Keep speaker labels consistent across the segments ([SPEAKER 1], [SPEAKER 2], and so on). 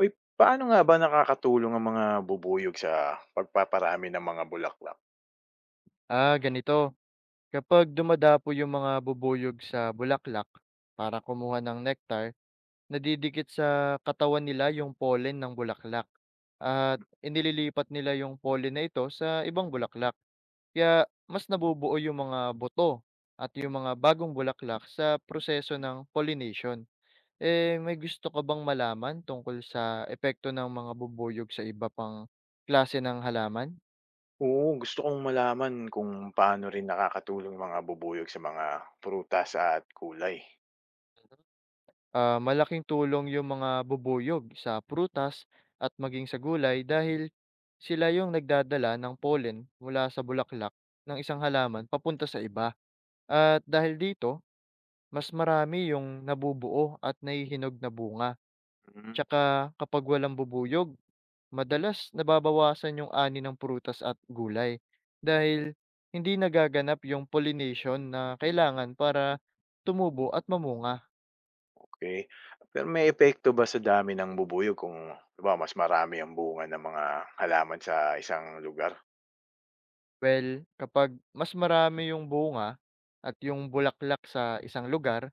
[SPEAKER 1] Uy, paano nga ba nakakatulong ang mga bubuyog sa pagpaparami ng mga bulaklak?
[SPEAKER 2] Ah, ganito. Kapag dumadapo yung mga bubuyog sa bulaklak para kumuha ng nectar, nadidikit sa katawan nila yung pollen ng bulaklak. At
[SPEAKER 1] Mhm.
[SPEAKER 2] inililipat nila yung pollen na ito sa ibang bulaklak. Kaya mas nabubuo yung mga buto at yung mga bagong bulaklak sa proseso ng pollination. Eh, may gusto ka bang malaman tungkol sa epekto ng mga bubuyog sa iba pang klase ng halaman?
[SPEAKER 1] Oo, gusto kong malaman kung paano rin nakakatulong yung mga bubuyog sa mga prutas at kulay.
[SPEAKER 2] Ah, malaking tulong yung mga bubuyog sa prutas at maging sa gulay dahil sila yung nagdadala ng pollen mula sa bulaklak ng isang halaman papunta sa iba. At dahil dito, mas marami yung nabubuo at nahihinog na bunga.
[SPEAKER 1] Mm.
[SPEAKER 2] Tsaka kapag walang bubuyog, madalas nababawasan yung ani ng prutas at gulay dahil hindi nagaganap yung pollination na kailangan para tumubo at mamunga.
[SPEAKER 1] Okay, pero may epekto ba sa dami ng bubuyog kung di ba mas marami ang bunga ng mga halaman sa isang lugar?
[SPEAKER 2] Well, kapag mas marami yung bunga at yung bulaklak sa isang lugar,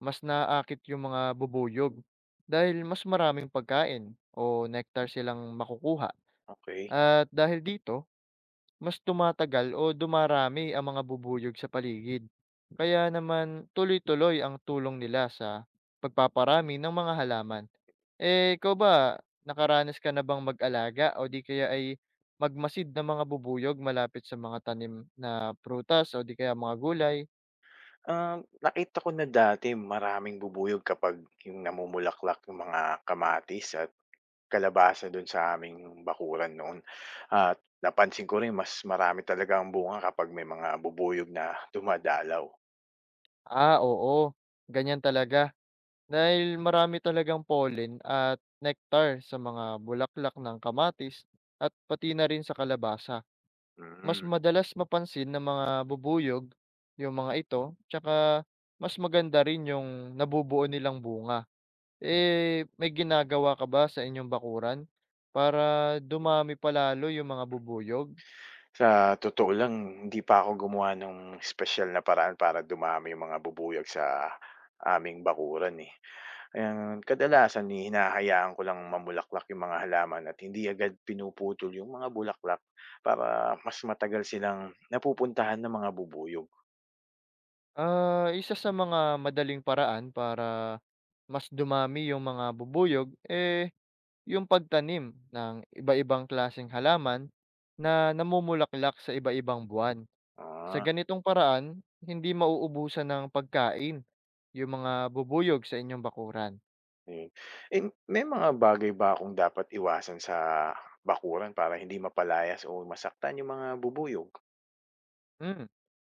[SPEAKER 2] mas naakit yung mga bubuyog dahil mas maraming pagkain o nectar silang makukuha.
[SPEAKER 1] Okay.
[SPEAKER 2] At dahil dito, mas tumatagal o dumarami ang mga bubuyog sa paligid. Kaya naman tuloy-tuloy ang tulong nila sa pagpaparami ng mga halaman. Eh, ikaw ba, nakaranas ka na bang mag-alaga o di kaya ay magmasid ng mga bubuyog malapit sa mga tanim na prutas o di kaya mga gulay?
[SPEAKER 1] Nakita ko na dati maraming bubuyog kapag yung namumulaklak yung mga kamatis at kalabasa dun sa aming bakuran noon. At napansin ko rin mas marami talaga ang bunga kapag may mga bubuyog na dumadalaw.
[SPEAKER 2] Ah, oo. Ganyan talaga. Dahil marami talagang pollen at nectar sa mga bulaklak ng kamatis at pati na rin sa kalabasa. Mas
[SPEAKER 1] Mm.
[SPEAKER 2] madalas mapansin ng mga bubuyog yung mga ito, tsaka mas maganda rin yung nabubuo nilang bunga. Eh, may ginagawa ka ba sa inyong bakuran para dumami pa yung mga bubuyog?
[SPEAKER 1] Sa totoo lang, hindi pa ako gumawa ng espesyal na paraan para dumami yung mga bubuyag sa aming bakuran, eh. Ang kadalasan, eh, hinahayaan ko lang mamulaklak yung mga halaman at hindi agad pinuputol yung mga bulaklak para mas matagal silang napupuntahan ng mga bubuyog.
[SPEAKER 2] Ah, isa sa mga madaling paraan para mas dumami yung mga bubuyog, eh, yung pagtanim ng iba-ibang klaseng halaman na namumulaklak sa iba-ibang buwan. Sa
[SPEAKER 1] Ah,
[SPEAKER 2] ganitong paraan, hindi mauubusan ng pagkain yung mga bubuyog sa inyong bakuran.
[SPEAKER 1] ayun. Eh, may mga bagay ba akong dapat iwasan sa bakuran para hindi mapalayas o masaktan yung mga bubuyog?
[SPEAKER 2] Hmm,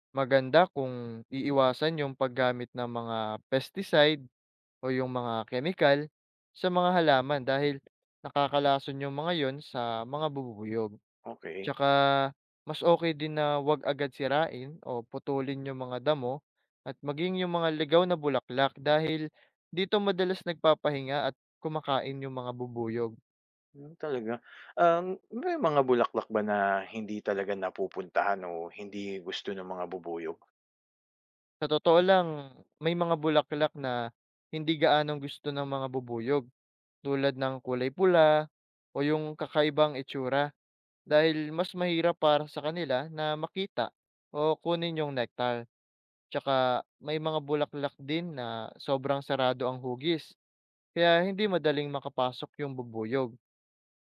[SPEAKER 2] Maganda kung iiwasan yung paggamit ng mga pesticide o yung mga chemical sa mga halaman dahil nakakalason yung mga yon sa mga bubuyog.
[SPEAKER 1] Okay.
[SPEAKER 2] Tsaka mas okay din na wag agad sirain o putulin yung mga damo at maging yung mga ligaw na bulaklak dahil dito madalas nagpapahinga at kumakain yung mga bubuyog.
[SPEAKER 1] Hmm, talaga. May mga bulaklak ba na hindi talaga napupuntahan o hindi gusto ng mga bubuyog?
[SPEAKER 2] Sa totoo lang, may mga bulaklak na hindi gaanong gusto ng mga bubuyog, tulad ng kulay pula o yung kakaibang itsura dahil mas mahirap para sa kanila na makita o kunin yung nectar. Tsaka may mga bulaklak din na sobrang sarado ang hugis, kaya hindi madaling makapasok yung bubuyog.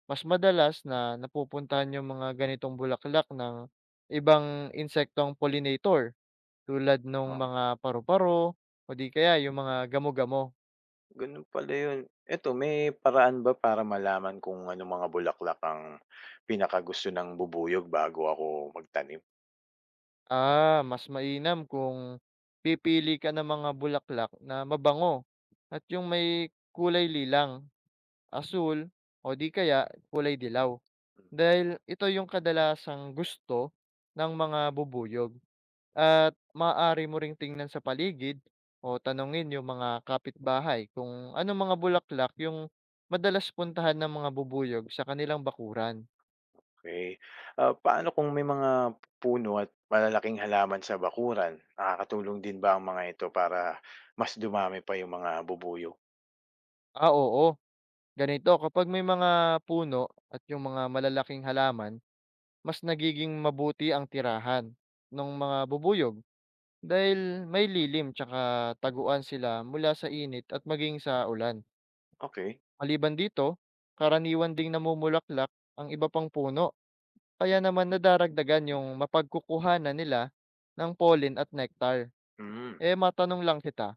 [SPEAKER 2] Mas madalas na napupuntahan yung mga ganitong bulaklak ng ibang insektong pollinator tulad nung
[SPEAKER 1] Um,
[SPEAKER 2] mga paru-paro o di kaya yung mga gamo-gamo.
[SPEAKER 1] ganun pala yun. Eto, may paraan ba para malaman kung anong mga bulaklak ang pinakagusto ng bubuyog bago ako magtanim?
[SPEAKER 2] Ah, mas mainam kung pipili ka ng mga bulaklak na mabango at yung may kulay lilang, asul o di kaya kulay dilaw. Dahil ito yung kadalasang gusto ng mga bubuyog. At maaari mo ring tingnan sa paligid o tanungin yung mga kapitbahay kung ano mga bulaklak yung madalas puntahan ng mga bubuyog sa kanilang bakuran.
[SPEAKER 1] Okay. Ah, paano kung may mga puno at malalaking halaman sa bakuran? Nakakatulong din ba ang mga ito para mas dumami pa yung mga bubuyog?
[SPEAKER 2] Ah, oo. Ganito, kapag may mga puno at yung mga malalaking halaman, mas nagiging mabuti ang tirahan ng mga bubuyog dahil may lilim tsaka taguan sila mula sa init at maging sa ulan.
[SPEAKER 1] Okay.
[SPEAKER 2] Maliban dito, karaniwan ding namumulaklak ang iba pang puno, kaya naman nadaragdagan yung mapagkukuhanan nila ng pollen at nectar.
[SPEAKER 1] Hmm.
[SPEAKER 2] Eh matanong lang kita,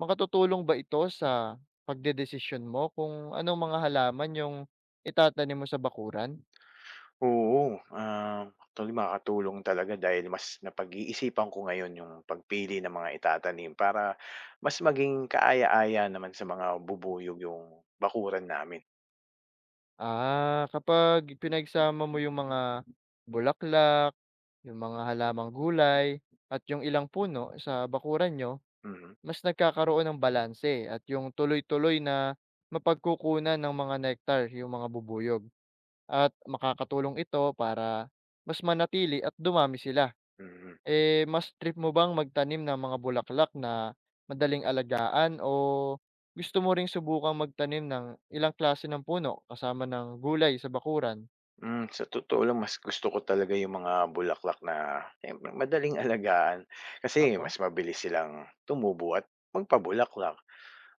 [SPEAKER 2] makatutulong ba ito sa pagdedesisyon mo kung anong mga halaman yung itatanim mo sa bakuran?
[SPEAKER 1] Oo, actually makakatulong talaga dahil mas napag-iisipan ko ngayon yung pagpili ng mga itatanim para mas maging kaaya-aya naman sa mga bubuyog yung bakuran namin.
[SPEAKER 2] Ah, kapag pinagsama mo yung mga bulaklak, yung mga halamang gulay, at yung ilang puno sa bakuran nyo,
[SPEAKER 1] Mhm,
[SPEAKER 2] mas nagkakaroon ng balanse at yung tuloy-tuloy na mapagkukunan ng mga nectar, yung mga bubuyog. At makakatulong ito para mas manatili at dumami sila.
[SPEAKER 1] mhm.
[SPEAKER 2] Eh, mas trip mo bang magtanim ng mga bulaklak na madaling alagaan o gusto mo ring subukang magtanim ng ilang klase ng puno kasama ng gulay sa bakuran?
[SPEAKER 1] Sa totoo lang mas gusto ko talaga yung mga bulaklak na siyempre madaling alagaan kasi
[SPEAKER 2] Oo,
[SPEAKER 1] mas mabilis silang tumubo at magpabulaklak.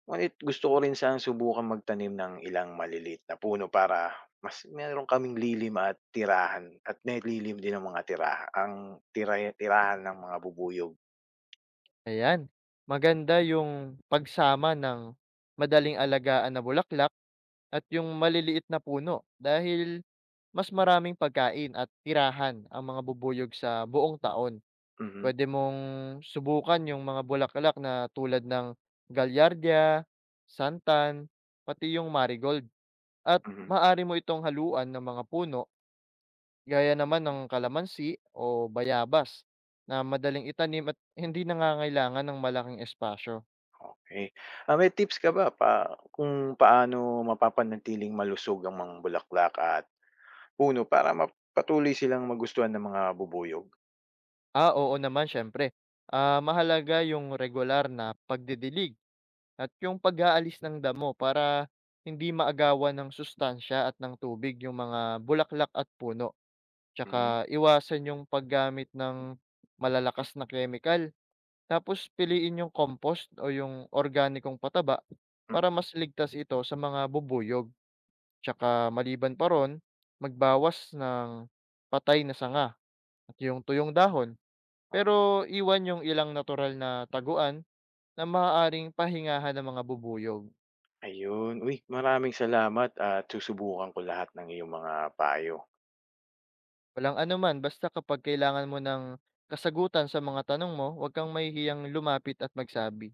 [SPEAKER 1] Ngunit gusto ko rin sanang subukan magtanim ng ilang maliliit na puno para mas meron kaming lilim at tirahan at nalilim din ang mga tiraha ang tira tirahan ng mga bubuyog.
[SPEAKER 2] ayan. Maganda yung pagsama ng madaling alagaan na bulaklak at yung maliliit na puno dahil mas maraming pagkain at tirahan ang mga bubuyog sa buong taon.
[SPEAKER 1] Mhm,
[SPEAKER 2] Puwede mong subukan yung mga bulaklak na tulad ng galyardia, santan, pati yung marigold at
[SPEAKER 1] mhm,
[SPEAKER 2] maaari mo itong haluan ng mga puno gaya naman ng kalamansi o bayabas na madaling itanim at hindi nangangailangan ng malaking espasyo.
[SPEAKER 1] okey. Ah, may tips ka ba pa kung paano mapapanatiling malusog ang mga bulaklak at puno para silang magustuhan ng mga bubuyog?
[SPEAKER 2] Ah, oo naman siyempre. Ah, mahalaga yung regular na pagdidilig at yung pag-aalis ng damo para hindi maagawan ng sustansya at ng tubig yung mga bulaklak at puno.
[SPEAKER 1] Hmm,
[SPEAKER 2] Tsaka iwasan yung paggamit ng malalakas na chemical, tapos piliin yung compost o yung organikong pataba para
[SPEAKER 1] mm,
[SPEAKER 2] mas ligtas ito sa mga bubuyog. Tsaka maliban pa ron, magbawas ng patay na sanga at yung tuyong dahon.
[SPEAKER 1] ah,
[SPEAKER 2] Pero iwan yung ilang natural na taguan na maaaring pahingahan ng mga bubuyog.
[SPEAKER 1] ayun. Uy, maraming salamat at susubukan ko lahat ng iyong mga payo.
[SPEAKER 2] Walang anuman, basta kapag kailangan mo ng kasagutan sa mga tanong mo, huwag kang mahihiyang lumapit at magsabi.